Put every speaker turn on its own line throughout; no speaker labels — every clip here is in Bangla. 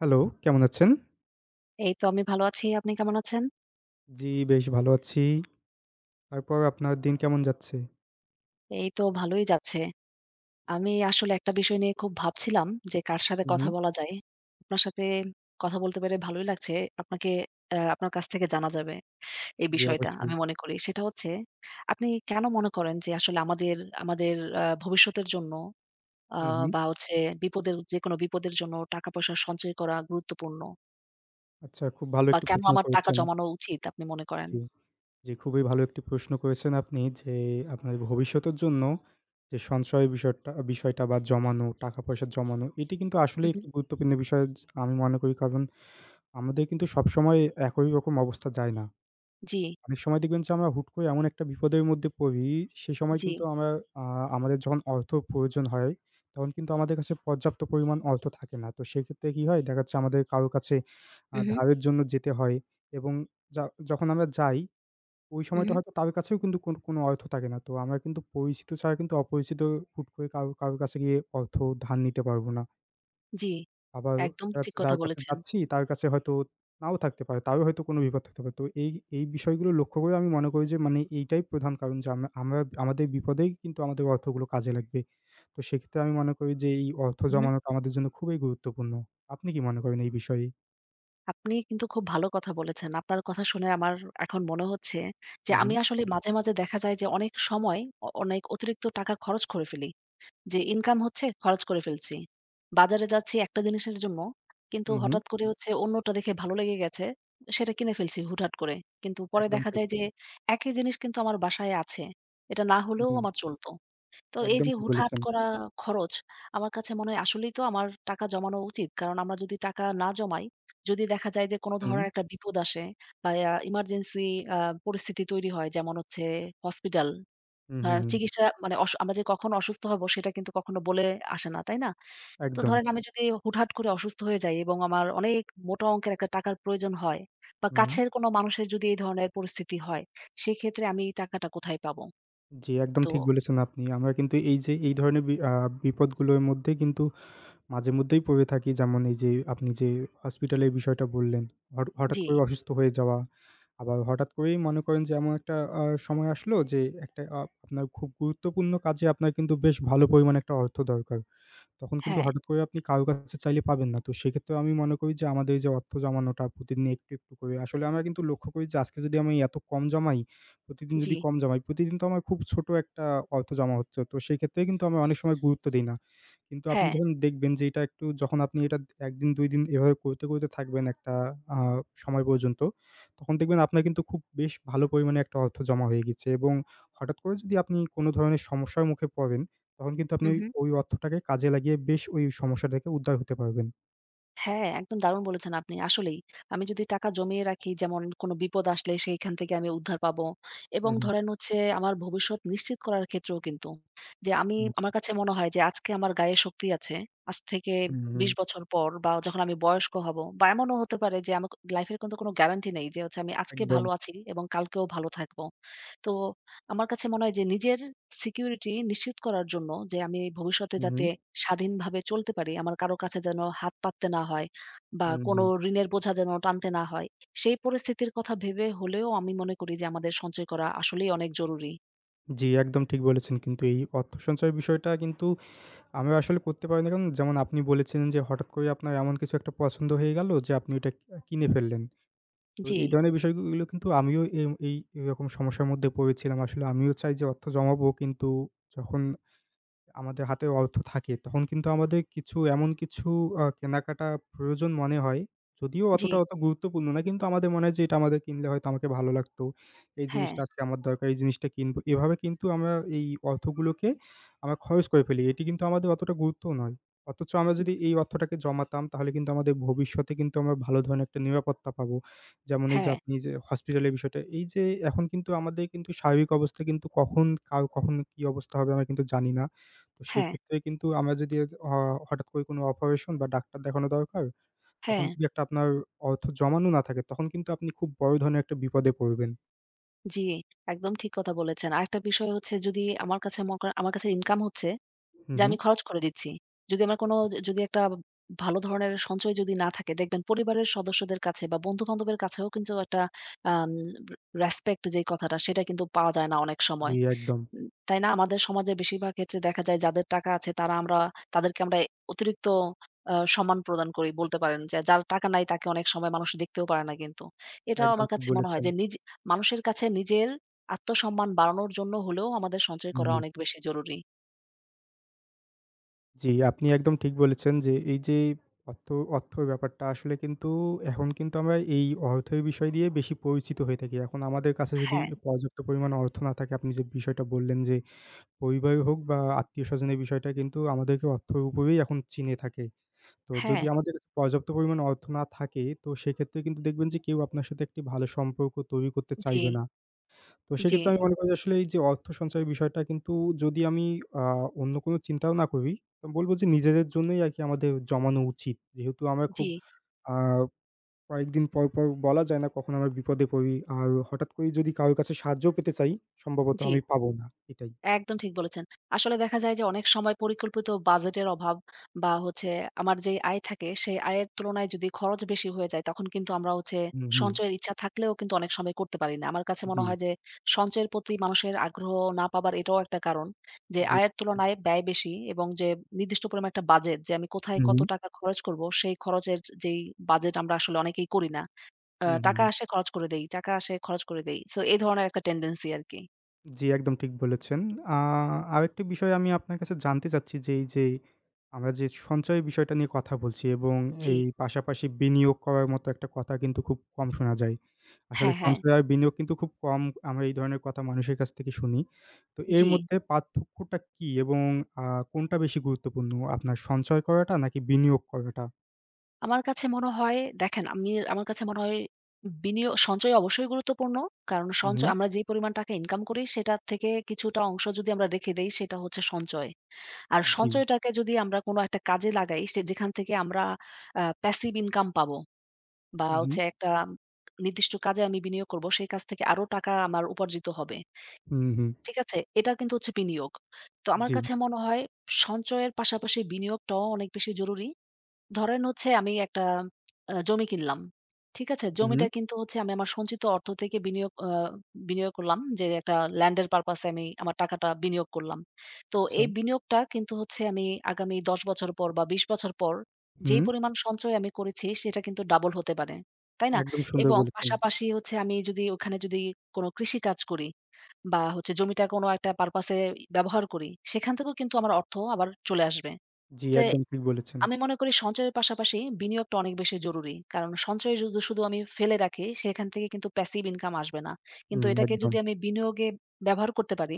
হ্যালো, কেমন আছেন?
এই তো আমি ভালো আছি। আপনি কেমন আছেন?
জি, বেশ ভালো আছি। তারপর আপনার দিন কেমন যাচ্ছে?
এই তো ভালোই যাচ্ছে। আমি আসলে একটা বিষয় নিয়ে খুব ভাবছিলাম যে কার সাথে
হুম,
কথা
হুম।
বলা যায়। আপনার সাথে কথা বলতে পেরে ভালোই লাগছে। আপনাকে আপনার কাছ থেকে জানা যাবে এই
জি,
বিষয়টা
অবশ্যই।
আমি মনে করি। সেটা হচ্ছে আপনি কেন মনে করেন যে আসলে আমাদের আমাদের ভবিষ্যতের জন্য আ
হুম, হুম।
বা হচ্ছে বিপদের যেকোনো বিপদের জন্য টাকা-পয়সা সঞ্চয় করা গুরুত্বপূর্ণ?
আচ্ছা, খুব ভালো
বা
একটি
কেন
প্রশ্ন
আমার টাকা
করেছেন।
জমানো উচিত আপনি মনে করেন?
জি, জি, খুবই ভালো একটি প্রশ্ন করেছেন আপনি যে, আপনার ভবিষ্যতের জন্য যে সঞ্চয় বিষয়টা বিষয়টা বা জমানো, টাকা-পয়সা জমানো, এটি কিন্তু আসলেই
উহু।
একটি গুরুত্বপূর্ণ বিষয় আমি মনে করি। কারণ আমাদের কিন্তু সবসময় একই রকম অবস্থা যায় না।
জি,
অনেক সময় দেখবেন যে আমরা হুট করে এমন একটা বিপদের মধ্যে পড়ি, সে সময়
জি।
কিন্তু আমরা আ আমাদের যখন অর্থ প্রয়োজন হয়, তখন কিন্তু আমাদের কাছে পর্যাপ্ত পরিমাণ অর্থ থাকে না। তো সেক্ষেত্রে কি হয়? দেখা যাচ্ছে আমাদের কারো কাছে
উহু,
ধারের জন্য যেতে হয় এবং যা যখন আমরা যাই, ওই সময়টা
উহু।
হয়তো তার কাছেও কিন্তু কোনো অর্থ থাকে না। তো আমরা কিন্তু পরিচিত ছাড়া কিন্তু অপরিচিত হুট করে কারো কারো কাছে গিয়ে অর্থ ধার নিতে পারব না।
জি,
আবার
একদম ঠিক কথা
যার কাছে
বলেছেন।
যাচ্ছি তার কাছে হয়তো নাও থাকতে পারে। তারও হয়তো কোনো বিপদ থাকতে পারে। তো এই বিষয়গুলো লক্ষ্য করে আমি মনে করি যে মানে এইটাই প্রধান কারণ যে আমরা আমরা আমাদের বিপদেই কিন্তু আমাদের অর্থগুলো কাজে লাগবে। তো সেক্ষেত্রে আমি মনে করি যে এই অর্থ
উহু।
জমানোটা আমাদের জন্য খুবই গুরুত্বপূর্ণ। আপনি কি মনে করেন এই বিষয়ে?
আপনি কিন্তু খুব ভালো কথা বলেছেন। আপনার কথা শুনে আমার এখন মনে হচ্ছে যে
হু, হু,
আমি আসলে মাঝে, মাঝে দেখা যায় যে অনেক সময় অনেক অতিরিক্ত টাকা খরচ করে ফেলি। যে ইনকাম হচ্ছে খরচ করে ফেলছি। বাজারে যাচ্ছি একটা জিনিসের জন্য কিন্তু
হু, হু।
হঠাৎ করে হচ্ছে অন্যটা দেখে ভালো লেগে গেছে। সেটা কিনে ফেলছি হুটহাট করে। কিন্তু পরে
একদম
দেখা
ঠিক।
যায় যে একই জিনিস কিন্তু আমার বাসায় আছে। এটা না হলেও
হুম,
আমার চলত। তো এই
একদম
যে
ঠিক
হুটহাট
বলেছেন।
করা খরচ, আমার কাছে মনে হয় আসলেই তো আমার টাকা জমানো উচিত। কারণ আমরা যদি টাকা না জমাই, যদি দেখা যায় যে কোনো
হুম,
ধরনের একটা বিপদ আসে বা ইমার্জেন্সি আ পরিস্থিতি তৈরি হয় যেমন হচ্ছে হসপিটাল।
হুম, হুম,
ধরেন
হুম।
চিকিৎসা মানে আমরা যে কখন অসুস্থ হব সেটা কিন্তু কখনো বলে আসে না, তাই না? তো
একদম।
ধরেন আমি যদি হুটহাট করে অসুস্থ হয়ে যাই এবং আমার অনেক মোটা অঙ্কের একটা টাকার প্রয়োজন হয় বা
হুম।
কাছের কোনো মানুষের যদি এই ধরনের পরিস্থিতি হয়, সেক্ষেত্রে আমি এই টাকাটা কোথায় পাবো?
জি, একদম
তো
ঠিক বলেছেন আপনি। আমরা কিন্তু এই যে এই ধরনের বি আ বিপদগুলোর মধ্যে কিন্তু মাঝে মধ্যেই পড়ে থাকি। যেমন এই যে আপনি যে হসপিটালের বিষয়টা বললেন, হঠাৎ
জি,
করে অসুস্থ হয়ে যাওয়া, আবার হঠাৎ করেই মনে করেন যে এমন একটা সময় আসলো যে একটা আপনার খুব গুরুত্বপূর্ণ কাজে আপনার কিন্তু বেশ ভালো পরিমাণে একটা অর্থ দরকার। তখন কিন্তু
হ্যাঁ,
হঠাৎ করে আপনি কারো কাছে চাইলে পাবেন না। তো সেক্ষেত্রে আমি মনে করি যে আমাদের এই যে অর্থ জমানোটা প্রতিদিন একটু, একটু করে আসলে আমরা কিন্তু লক্ষ্য করি যে আজকে যদি আমি এত কম জমাই, প্রতিদিন
জি।
যদি কম জমাই, প্রতিদিন তো আমার খুব ছোট একটা অর্থ জমা হচ্ছে। তো সেই ক্ষেত্রে কিন্তু আমরা অনেক সময় গুরুত্ব দেই না। কিন্তু আপনি
হ্যাঁ।
যখন দেখবেন যে এটা একটু যখন আপনি এটা ১ দিন ২ দিন এভাবে করতে থাকবেন একটা আ সময় পর্যন্ত, তখন দেখবেন আপনার কিন্তু খুব বেশ ভালো পরিমাণে একটা অর্থ জমা হয়ে গেছে এবং হঠাৎ করে যদি আপনি কোনো ধরনের সমস্যার মুখে পড়েন, তখন কিন্তু
হু,
আপনি
হু।
ওই ওই অর্থটাকে কাজে লাগিয়ে বেশ ওই সমস্যা থেকে উদ্ধার হতে পারবেন।
হ্যাঁ, একদম দারুণ বলেছেন আপনি। আসলেই। আমি যদি টাকা জমিয়ে রাখি যেমন কোনো বিপদ আসলে সেইখান থেকে আমি উদ্ধার পাবো এবং
হুম,
ধরেন হচ্ছে আমার ভবিষ্যৎ নিশ্চিত করার ক্ষেত্রেও কিন্তু যে আমি
হুম,
আমার কাছে মনে হয় যে আজকে আমার গায়ে শক্তি আছে। আজ থেকে
হুম, হুম, হুম,
২০ বছর পর বা যখন আমি বয়স্ক হব বা এমনও হতে পারে যে আমার লাইফ এর কিন্তু কোনো গ্যারান্টি নেই যে হচ্ছে আমি আজকে
একদম।
ভালো আছি এবং কালকেও ভালো থাকবো। তো আমার কাছে মনে হয় যে নিজের সিকিউরিটি নিশ্চিত করার জন্য যে আমি ভবিষ্যতে
হুম, হুম,
যাতে স্বাধীনভাবে চলতে পারি, আমার কারো কাছে যেন হাত পাততে না হয় বা
হুম,
কোনো
হুম।
ঋণের বোঝা যেন টানতে না হয়। সেই পরিস্থিতির কথা ভেবে হলেও আমি মনে করি যে আমাদের সঞ্চয় করা আসলেই অনেক জরুরি।
জি, একদম ঠিক বলেছেন। কিন্তু এই অর্থ সঞ্চয়ের বিষয়টা কিন্তু আমি আসলে করতে পারিনি কারণ যেমন আপনি বলেছিলেন যে, হঠাৎ করে আপনার এমন কিছু একটা পছন্দ হয়ে গেল যে, আপনি ওটা কিনে ফেললেন। তো
জি,
এই ধরনের বিষয়গুলো কিন্তু আমিও এই এরকম সমস্যার মধ্যে পড়েছিলাম। আসলে আমিও চাই যে অর্থ জমাবো কিন্তু যখন আমাদের হাতে অর্থ থাকে, তখন কিন্তু আমাদের কিছু এমন কিছু কেনাকাটা প্রয়োজন মনে হয়। যদিও
জি।
অত গুরুত্বপূর্ণ না, কিন্তু আমাদের মনে হয় যে এটা আমাদের কিনলে হয়তো আমাকে ভালো লাগতো। এই
হ্যাঁ,
জিনিসটা আজকে আমার দরকার, এই জিনিসটা কিনবো। এভাবে কিন্তু আমরা এই অর্থগুলোকে আমরা খরচ করে ফেলি। এটি কিন্তু আমাদের অতটা গুরুত্বও নয়। অথচ আমরা যদি এই অর্থটাকে জমাতাম তাহলে কিন্তু আমাদের ভবিষ্যতে কিন্তু আমরা ভালো ধরনের একটা নিরাপত্তা পাবো। যেমন এই যে
হ্যাঁ,
আপনি যে হসপিটালের বিষয়টা, এই যে এখন কিন্তু আমাদের কিন্তু স্বাভাবিক অবস্থা কিন্তু কখন কার কখন কি অবস্থা হবে আমরা কিন্তু জানি না। তো
হ্যাঁ,
সেক্ষেত্রে কিন্তু আমরা যদি অ হঠাৎ করে কোনো অপারেশন বা ডাক্তার দেখানো দরকার, তখন
হ্যাঁ।
যদি একটা আপনার অর্থ জমানো না থাকে, তখন কিন্তু আপনি খুব বড় ধরনের একটা বিপদে পড়বেন।
জি, একদম ঠিক কথা বলেছেন। আরেকটা বিষয় হচ্ছে যদি আমার কাছে মনে করেন আমার কাছে ইনকাম হচ্ছে
হু,
যে
হু।
আমি খরচ করে দিচ্ছি। যদি আমার কোনো যদি একটা ভালো ধরনের সঞ্চয় যদি না থাকে দেখবেন পরিবারের সদস্যদের কাছে বা বন্ধু-বান্ধবের কাছেও কিন্তু একটা আম রেসপেক্ট যেই কথাটা সেটা কিন্তু পাওয়া যায় না অনেক সময়।
জি, একদম।
তাই না? আমাদের সমাজের বেশিরভাগ ক্ষেত্রে দেখা যায় যাদের টাকা আছে তারা আমরা তাদেরকে আমরা অতিরিক্ত সম্মান প্রদান করি বলতে পারেন যে যার টাকা নাই তাকে অনেক সময় মানুষ দেখতেও পারে না কিন্তু। এটাও
একদম
আমার
ঠিক
কাছে মনে হয়
বলেছেন।
যে মানুষের কাছে নিজের আত্মসম্মান বাড়ানোর জন্য হলেও আমাদের সঞ্চয়
হুম,
করা
হুম।
অনেক বেশি জরুরি।
জি, আপনি একদম ঠিক বলেছেন যে এই যে অর্থ অর্থর ব্যাপারটা আসলে কিন্তু এখন কিন্তু আমরা এই অর্থের বিষয় দিয়ে বেশি পরিচিত হয়ে থাকি। এখন আমাদের কাছে যদি
হ্যাঁ,
পর্যাপ্ত পরিমাণ অর্থ না থাকে, আপনি যে বিষয়টা বললেন যে পরিবার হোক বা আত্মীয়স্বজনের বিষয়টা কিন্তু আমাদেরকে অর্থের উপরেই এখন চিনে থাকে। তো যদি
হ্যাঁ,
আমাদের পর্যাপ্ত পরিমাণ অর্থ না থাকে, তো সেক্ষেত্রে কিন্তু দেখবেন যে কেউ আপনার সাথে একটি ভালো সম্পর্ক তৈরি করতে
জি।
চাইবে না। তো
জি,
সেক্ষেত্রে আমি মনে করি আসলে এই যে অর্থ সঞ্চয়ের বিষয়টা কিন্তু যদি আমি আ অন্য কোন চিন্তাও না করি, আমি বলব যে নিজেদের জন্যই আরকি আমাদের জমানো উচিত। যেহেতু আমরা
জি,
খুব আ কয়েকদিন পর বলা যায় না কখন আমরা বিপদে পড়ি। আর হঠাৎ করেই যদি কারো কাছে সাহায্য পেতে চাই, সম্ভবত
জি।
আমি পাবো না। এটাই।
একদম ঠিক বলেছেন। আসলে দেখা যায় যে অনেক সময় পরিকল্পিত বাজেটের অভাব বা হচ্ছে আমার যেই আয় থাকে সেই আয়ের তুলনায় যদি খরচ বেশি হয়ে যায় তখন কিন্তু আমরা হচ্ছে
হুম, হুম।
সঞ্চয়ের ইচ্ছা থাকলেও কিন্তু অনেক সময় করতে পারি না। আমার কাছে মনে
জি,
হয় যে সঞ্চয়ের প্রতি মানুষের আগ্রহ না পাবার এটাও একটা কারণ। যে
জি।
আয়ের তুলনায় ব্যয় বেশি এবং যে নির্দিষ্ট পরিমাণ একটা বাজেট যে আমি কোথায়
হুম,
কত
হুম।
টাকা খরচ করব সেই খরচের যেই বাজেট আমরা আসলে অনেকেই করি না।
হুম,
টাকা
হুম।
আসে খরচ করে দেই, টাকা আসে খরচ করে দেই। সো এই ধরনের একটা টেনডেন্সি আরকি।
জি, একদম ঠিক বলেছেন। আ আরেকটি বিষয় আমি আপনার কাছে জানতে চাচ্ছি যে, এই যে আমরা যে সঞ্চয় বিষয়টা নিয়ে কথা বলছি এবং হুম।
জি।
এই পাশাপাশি বিনিয়োগ করার মতো একটা কথা কিন্তু খুব কম শোনা যায়। আসলে
হ্যাঁ,
আচ্ছা।
হ্যাঁ।
সঞ্চয় আর বিনিয়োগ কিন্তু খুব কম আমরা এই ধরনের কথা মানুষের কাছ থেকে শুনি। তো এর
জি।
মধ্যে পার্থক্যটা কি এবং আ কোনটা বেশি গুরুত্বপূর্ণ? আপনার সঞ্চয় করাটা নাকি বিনিয়োগ করাটা?
আমার কাছে মনে হয় দেখেন আমি আমার কাছে মনে হয় সঞ্চয় অবশ্যই গুরুত্বপূর্ণ। কারণ সঞ্চয়
হুম,
আমরা যে পরিমাণ টাকা ইনকাম করি সেটার থেকে কিছুটা অংশ যদি আমরা রেখে দেই সেটা হচ্ছে সঞ্চয়। আর
জি।
সঞ্চয়টাকে যদি আমরা কোনো একটা কাজে লাগাই সে যেখান থেকে আমরা প্যাসিভ ইনকাম পাবো বা
হুম, হুম।
হচ্ছে একটা নির্দিষ্ট কাজে আমি বিনিয়োগ করব সেই কাজ থেকে আরো টাকা আমার উপার্জিত হবে।
হুম, হুম।
ঠিক আছে? এটা কিন্তু হচ্ছে বিনিয়োগ। তো আমার
জি।
কাছে মনে হয় সঞ্চয়ের পাশাপাশি বিনিয়োগটাও অনেক বেশি জরুরি। ধরেন হচ্ছে আমি একটা জমি কিনলাম। ঠিক আছে? জমিটা
হুম,
কিন্তু হচ্ছে আমি আমার সঞ্চিত অর্থ থেকে বিনিয়োগ করলাম যে একটা ল্যান্ড এর পারপাস এ আমি আমার টাকাটা বিনিয়োগ করলাম। তো
আচ্ছা।
এই বিনিয়োগটা কিন্তু হচ্ছে আমি আগামী ১০ বছর পর বা ২০ বছর পর যেই
হুম,
পরিমাণ সঞ্চয় আমি করেছি সেটা কিন্তু ডাবল হতে পারে। তাই না?
একদম সুন্দর
এবং
বলেছেন।
পাশাপাশি হচ্ছে আমি যদি ওখানে যদি কোন কৃষিকাজ করি বা হচ্ছে জমিটা কোনো একটা পারপাস এ ব্যবহার করি, সেখান থেকেও কিন্তু আমার অর্থ আবার চলে আসবে।
জি,
তে
একদম ঠিক বলেছেন।
আমি মনে করি সঞ্চয়ের পাশাপাশি বিনিয়োগটা অনেক বেশি জরুরি। কারণ সঞ্চয় যদি শুধু আমি ফেলে রাখি, সেখান থেকে কিন্তু প্যাসিভ ইনকাম আসবে না। কিন্তু
হুম,
এটাকে
একদম।
যদি আমি বিনিয়োগে ব্যবহার করতে পারি,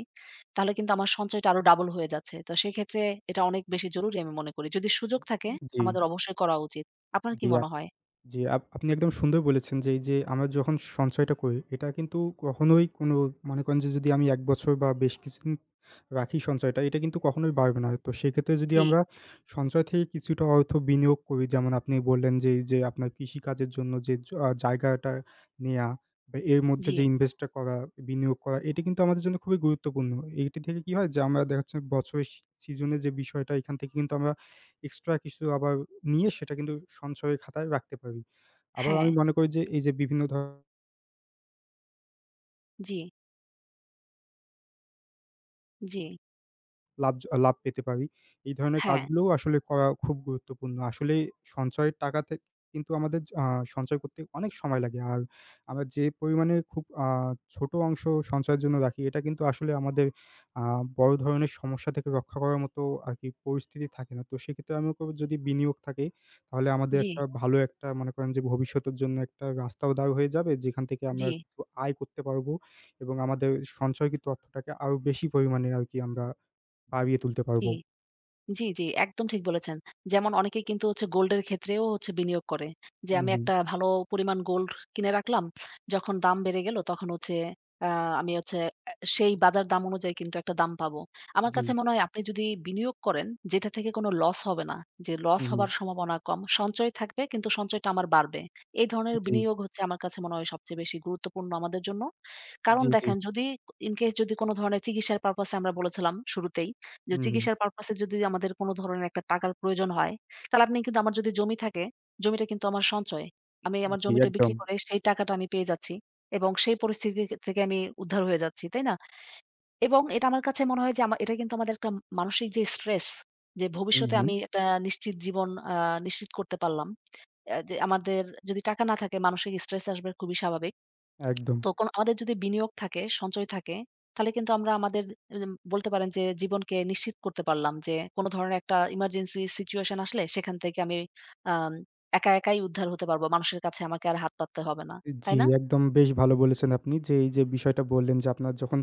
তাহলে কিন্তু আমার সঞ্চয়টা আরো ডাবল হয়ে যাচ্ছে। তো সেক্ষেত্রে এটা অনেক বেশি জরুরি আমি মনে করি। যদি সুযোগ থাকে
জি,
আমাদের অবশ্যই করা উচিত। আপনার কি
জি,
মনে
আপ
হয়?
জি, আপনি একদম সুন্দর বলেছেন যে, এই যে আমরা যখন সঞ্চয়টা করি, এটা কিন্তু কখনোই কোনো মনে করেন যে যদি আমি ১ বছর বা বেশ কিছুদিন রাখি সঞ্চয়টা, এটা কিন্তু কখনোই বাড়বে না। তো সেক্ষেত্রে যদি
জি,
আমরা সঞ্চয় থেকে কিছুটা অর্থ বিনিয়োগ করি, যেমন আপনি বললেন যে, এই যে আপনার কৃষিকাজের জন্য যে জ আ জায়গাটা নেয়া বা এর মধ্যে
জি,
যে ইনভেস্টটা করা, বিনিয়োগ করা, এটি কিন্তু আমাদের জন্য খুবই গুরুত্বপূর্ণ। এইটি থেকে কি হয় যে আমরা দেখা যাচ্ছে বছরের সিজনে যে বিষয়টা, এখান থেকে কিন্তু আমরা এক্সট্রা কিছু আবার নিয়ে সেটা কিন্তু সঞ্চয় খাতায় রাখতে পারি। আবার
হ্যাঁ,
আমি মনে করি যে এই যে বিভিন্ন
জি, জি,
লাভ পেতে পারি। এই ধরনের
হ্যাঁ,
কাজগুলোও আসলে করা খুব গুরুত্বপূর্ণ। আসলে সঞ্চয়ের টাকা কিন্তু আমাদের সঞ্চয় করতে অনেক সময় লাগে। আর আমরা যে পরিমাণে খুব ছোট অংশ সঞ্চয়ের জন্য রাখি, এটা কিন্তু আসলে আমাদের আ বড় ধরনের সমস্যা থেকে রক্ষা করার মতো আরকি পরিস্থিতি থাকে না। তো সেক্ষেত্রে আমি মনে করব যদি বিনিয়োগ থাকে, তাহলে আমাদের
জি,
একটা ভালো একটা মনে করেন যে ভবিষ্যতের জন্য একটা রাস্তাও দাঁড় হয়ে যাবে, যেখান থেকে
জি,
আমরা কিছু আয় করতে পারব এবং আমাদের সঞ্চয়কৃত অর্থটাকে আরো বেশি পরিমাণে আরকি আমরা বাড়িয়ে তুলতে
জি।
পারবো।
জি, জি, একদম ঠিক বলেছেন। যেমন অনেকেই কিন্তু হচ্ছে গোল্ডের ক্ষেত্রেও হচ্ছে বিনিয়োগ করে। যে
হুম,
আমি
হুম।
একটা ভালো পরিমাণ গোল্ড কিনে রাখলাম। যখন দাম বেড়ে গেল তখন হচ্ছে আ আমি হচ্ছে সেই বাজার দাম অনুযায়ী কিন্তু একটা দাম পাবো। আমার
জি।
কাছে মনে হয় আপনি যদি বিনিয়োগ করেন যেটা থেকে কোনো লস হবে না, যে লস
হুম, হুম।
হবার সম্ভাবনা কম, সঞ্চয় থাকবে কিন্তু সঞ্চয়টা আমার বাড়বে। এই ধরনের
জি,
বিনিয়োগ হচ্ছে আমার কাছে মনে হয় সবচেয়ে বেশি গুরুত্বপূর্ণ আমাদের জন্য। কারণ
জি, জি।
দেখেন যদি ইন কেস যদি কোনো ধরনের চিকিৎসার পারপাসে আমরা বলেছিলাম শুরুতেই। যে
হুম, হুম।
চিকিৎসার পারপাস এ যদি আমাদের কোন ধরনের একটা টাকার প্রয়োজন হয়, তাহলে আপনি কিন্তু আমার যদি জমি থাকে, জমিটা কিন্তু আমার সঞ্চয়। আমি আমার
জি,
জমিটা বিক্রি
একদম।
করে সেই টাকাটা আমি পেয়ে যাচ্ছি এবং সেই পরিস্থিতি থেকে আমি উদ্ধার হয়ে যাচ্ছি, তাই না? এবং এটা আমার কাছে মনে হয় যে এটা কিন্তু আমাদের একটা মানসিক যে স্ট্রেস, যে
হুম,
ভবিষ্যতে
হুম।
আমি একটা নিশ্চিত জীবন নিশ্চিত করতে পারলাম। যে আমাদের যদি টাকা না থাকে মানসিক স্ট্রেস আসবে খুবই স্বাভাবিক।
একদম।
তো আমাদের যদি বিনিয়োগ থাকে, সঞ্চয় থাকে, তাহলে কিন্তু আমরা আমাদের বলতে পারেন যে জীবনকে নিশ্চিত করতে পারলাম যে কোন ধরনের একটা ইমার্জেন্সি সিচুয়েশন আসলে সেখান থেকে আমি আম একা একাই উদ্ধার হতে পারবো। মানুষের কাছে আমাকে আর হাত পাততে হবে না। তাই
জি,
না?
একদম বেশ ভালো বলেছেন আপনি যে এই যে বিষয়টা বললেন যে আপনার যখন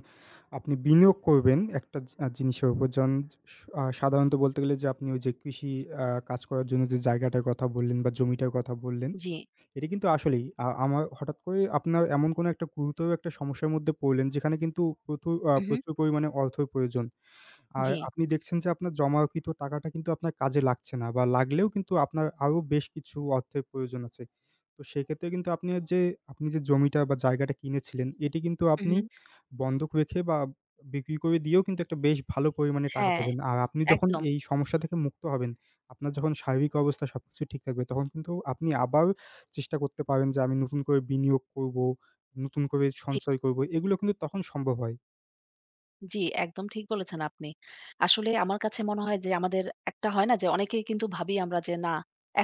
আপনি বিনিয়োগ করবেন একটা জি আ জিনিসের উপর যেমন স আ সাধারণত বলতে গেলে যে আপনি ওই যে কৃষি কাজ করার জন্য যে জায়গাটার কথা বললেন বা জমিটার কথা বললেন,
জি।
এটা কিন্তু আসলেই আমার হঠাৎ করে আপনার এমন কোনো একটা গুরুতর একটা সমস্যার মধ্যে পড়লেন যেখানে কিন্তু
উহু,
প্রচুর পরিমাণে অর্থের প্রয়োজন। আর
জি।
আপনি দেখছেন যে আপনার জমাকৃত টাকাটা কিন্তু আপনার কাজে লাগছে না বা লাগলেও কিন্তু আপনার আরো বেশ কিছু অর্থের প্রয়োজন আছে। তো সেক্ষেত্রে কিন্তু আপনি যে জমিটা বা জায়গাটা কিনেছিলেন এটি কিন্তু
উহু।
আপনি বন্ধক রেখে বা বিক্রি করে দিয়েও কিন্তু একটা বেশ ভালো পরিমাণে টাকা
হ্যাঁ,
পাবেন। আর আপনি যখন
একদম।
এই সমস্যা থেকে মুক্ত হবেন, আপনার যখন শারীরিক অবস্থা সবকিছু ঠিক থাকবে তখন কিন্তু আপনি আবার চেষ্টা করতে পারেন যে আমি নতুন করে বিনিয়োগ করব, নতুন করে
জি।
সঞ্চয় করব। এগুলো কিন্তু তখন সম্ভব হয়।
জি, একদম ঠিক বলেছেন আপনি। আসলে আমার কাছে মনে হয় যে আমাদের একটা হয় না যে অনেকেই কিন্তু ভাবি আমরা যে না,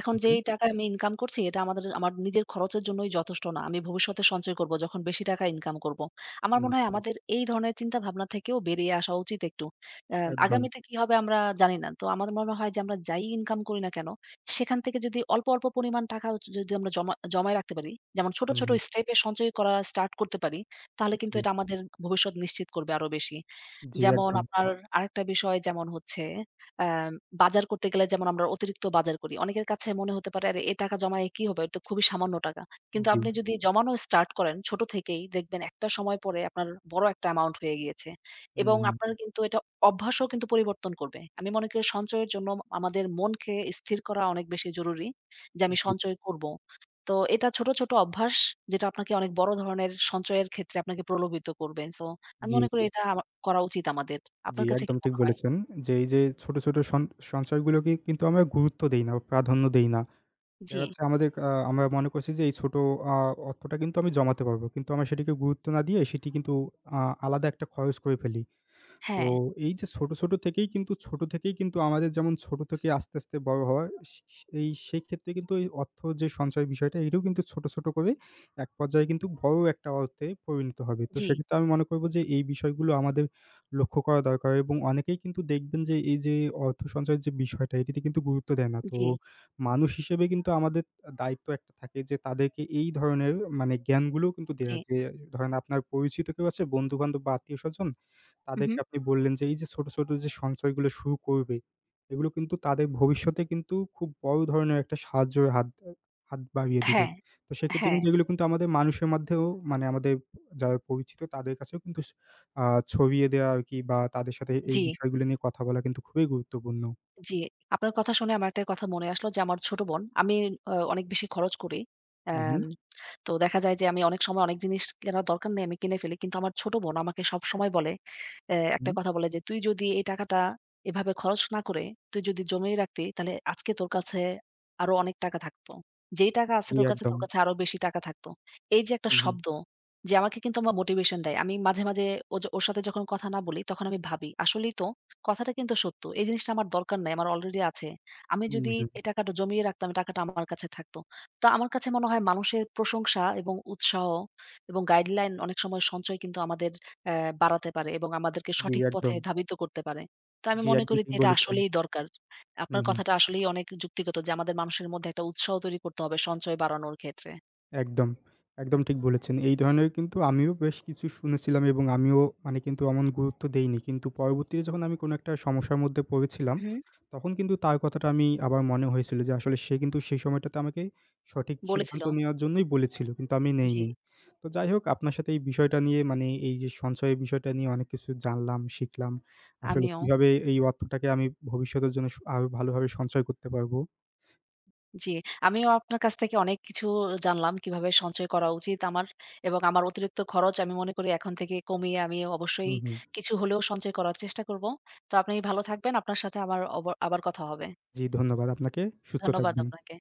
এখন
হুম,
যেই টাকা আমি ইনকাম করছি এটা আমাদের আমার নিজের খরচের জন্যই যথেষ্ট না। আমি ভবিষ্যতে সঞ্চয় করব যখন বেশি টাকা ইনকাম করব। আমার
হুম।
মনে হয় হুম। আমাদের এই ধরনের চিন্তা ভাবনা থেকেও বেরিয়ে আসা উচিত একটু। অ্যা
একদম।
আগামীতে কি হবে আমরা জানি না। তো আমার মনে হয় যে আমরা যাই ইনকাম করি না কেন, সেখান থেকে যদি অল্প, অল্প পরিমাণ টাকা যদি আমরা জমায় রাখতে পারি, যেমন ছোট,
হুম।
ছোট
হুম।
স্টেপে সঞ্চয় করা স্টার্ট করতে পারি, তাহলে কিন্তু
জি,
এটা আমাদের ভবিষ্যৎ নিশ্চিত করবে আরো বেশি।
জি,
যেমন
একদম।
আপনার আরেকটা বিষয় যেমন হচ্ছে অ্যা বাজার করতে গেলে যেমন আমরা অতিরিক্ত বাজার করি। অনেকের কাছে মনে হতে পারে আরে এ টাকা জমায়ে কি হবে? এটা তো খুবই সামান্য টাকা। কিন্তু
জি,
আপনি যদি জমানো স্টার্ট করেন ছোট থেকেই দেখবেন একটা সময় পরে আপনার বড় একটা অ্যামাউন্ট হয়ে গিয়েছে।
হুম,
এবং
হুম।
আপনার কিন্তু এটা অভ্যাসও কিন্তু পরিবর্তন করবে। আমি মনে করি সঞ্চয়ের জন্য আমাদের মনকে স্থির করা অনেক বেশি জরুরি যে আমি
জি,
সঞ্চয় করব। তো এটা ছোট, ছোট অভ্যাস যেটা আপনাকে অনেক বড় ধরনের সঞ্চয়ের ক্ষেত্রে আপনাকে প্রলোভিত করবে। সো আমি
জি,
মনে করি
জি,
এটা করা উচিত আমাদের।
জি,
আপনার কাছে কি
একদম ঠিক
মনে হয়?
বলেছেন যে এই যে ছোট, ছোট সঞ্চয়গুলোকে কিন্তু আমরা গুরুত্ব দেই না বা প্রাধান্য দেই না। দেখা
জি,
যাচ্ছে আমাদের আ আমরা মনে করছি যে এই ছোট আ অর্থটা কিন্তু আমি জমাতে পারবো। কিন্তু আমরা সেটিকে গুরুত্ব না দিয়ে সেটি কিন্তু আ আলাদা একটা খরচ করে ফেলি। তো
হ্যাঁ,
এই যে ছোট থেকেই কিন্তু আমাদের যেমন ছোট থেকে আস্তে, আস্তে বড় হওয়া সে সে এই সেক্ষেত্রে কিন্তু এই অর্থ যে সঞ্চয় বিষয়টা এটাও কিন্তু ছোট, ছোট করে এক পর্যায়ে কিন্তু বড় একটা অর্থে পরিণত হবে। তো
জি,
সেক্ষেত্রে আমি মনে করব যে এই বিষয়গুলো আমাদের লক্ষ্য করা দরকার এবং অনেকেই কিন্তু দেখবেন যে এই যে অর্থ সঞ্চয়ের যে বিষয়টা এটিতে কিন্তু গুরুত্ব দেয় না। তো
জি,
মানুষ হিসেবে কিন্তু আমাদের দায়িত্ব একটা থাকে যে তাদেরকে এই ধরনের মানে জ্ঞানগুলোও কিন্তু
জি।
দেয়া যে ধরেন আপনার পরিচিত কেউ আছে বন্ধু-বান্ধব বা আত্মীয়স্বজন
উহু।
তাদেরকে আপনি বললেন যে এই যে ছোট, ছোট যে সঞ্চয়গুলো শুরু করবে, এগুলো কিন্তু তাদের ভবিষ্যতে কিন্তু খুব বড় ধরনের একটা সাহায্যের হাত বাড়িয়ে দিবে।
হ্যাঁ,
তো সেক্ষেত্রে
হ্যাঁ,
কিন্তু এগুলো কিন্তু আমাদের মানুষের মাধ্যেও মানে আমাদের যারা পরিচিত তাদের কাছেও কিন্তু স আ ছড়িয়ে দেওয়া আরকি বা তাদের সাথে এই
জি।
বিষয়গুলো নিয়ে কথা বলা কিন্তু খুবই গুরুত্বপূর্ণ।
জি, আপনার কথা শুনে আমার একটা কথা মনে আসলো যে আমার ছোট বোন, আমি অনেক বেশি খরচ করি।
হু, হু,
অ্যাম তো দেখা যায় যে আমি অনেক সময় অনেক জিনিস কেনার দরকার নেই আমি কিনে ফেলি। কিন্তু আমার ছোট বোন আমাকে সবসময় বলে, একটা
হু।
কথা বলে যে, "তুই যদি এই টাকাটা এভাবে খরচ না করে তুই যদি জমিয়ে রাখতি তাহলে আজকে তোর কাছে আরো অনেক টাকা থাকতো। যেই টাকা আছে
জি,
তোর কাছে,
একদম।
তোর কাছে আরো বেশি টাকা থাকতো।" এই যে একটা
হু, হু,
শব্দ যে আমাকে কিন্তু আমার মোটিভেশন দেয়। আমি মাঝে, মাঝে ওর সাথে যখন কথা না বলি তখন আমি ভাবি আসলেই তো কথাটা কিন্তু সত্য। এই জিনিসটা আমার দরকার নাই। আমার অলরেডি আছে। আমি
হু,
যদি
হু।
এই টাকাটা জমিয়ে রাখতাম, এই টাকাটা আমার কাছে থাকতো। তো আমার কাছে মনে হয় মানুষের প্রশংসা এবং উৎসাহ এবং গাইডলাইন অনেক সময় সঞ্চয় কিন্তু আমাদের অ্যা বাড়াতে পারে এবং আমাদেরকে
জি,
সঠিক পথে
একদম।
ধাবিত করতে পারে। তো আমি
জি,
মনে
একদম
করি যে
ঠিক
এটা
বলেছেন।
আসলেই দরকার।
হু,
আপনার
হু।
কথাটা আসলেই অনেক যুক্তিগত যে আমাদের মানুষের মধ্যে একটা উৎসাহ তৈরি করতে হবে সঞ্চয় বাড়ানোর ক্ষেত্রে।
একদম, একদম ঠিক বলেছেন। এই ধরনের কিন্তু আমিও বেশ কিছু শুনেছিলাম এবং আমিও মানে কিন্তু অমন গুরুত্ব দেইনি। কিন্তু পরবর্তীতে যখন আমি কোনো একটা সমস্যার মধ্যে পড়েছিলাম,
হুম,
তখন কিন্তু তার কথাটা আমি আবার মনে হয়েছিল যে আসলে সে কিন্তু সেই সময়টাতে আমাকে সঠিক
বলেছিল।
সিদ্ধান্ত নেওয়ার জন্যই বলেছিল। কিন্তু আমি
জি,
নেইনি। তো যাই হোক আপনার সাথে এই বিষয়টা নিয়ে মানে এই যে সঞ্চয়ের বিষয়টা নিয়ে অনেক কিছু জানলাম, শিখলাম। আসলে
আমিও।
কিভাবে এই অর্থটাকে আমি ভবিষ্যতের জন্য আরো ভালোভাবে সঞ্চয় করতে পারবো।
জি, আমিও আপনার কাছ থেকে অনেক কিছু জানলাম কিভাবে সঞ্চয় করা উচিত আমার এবং আমার অতিরিক্ত খরচ আমি মনে করি এখন থেকে কমিয়ে আমি অবশ্যই
হুম, হুম।
কিছু হলেও সঞ্চয় করার চেষ্টা করব। তো আপনি ভালো থাকবেন। আপনার সাথে আমার আবার কথা হবে।
জি ধন্যবাদ আপনাকে। সুস্থ
ধন্যবাদ
থাকবেন।
আপনাকে।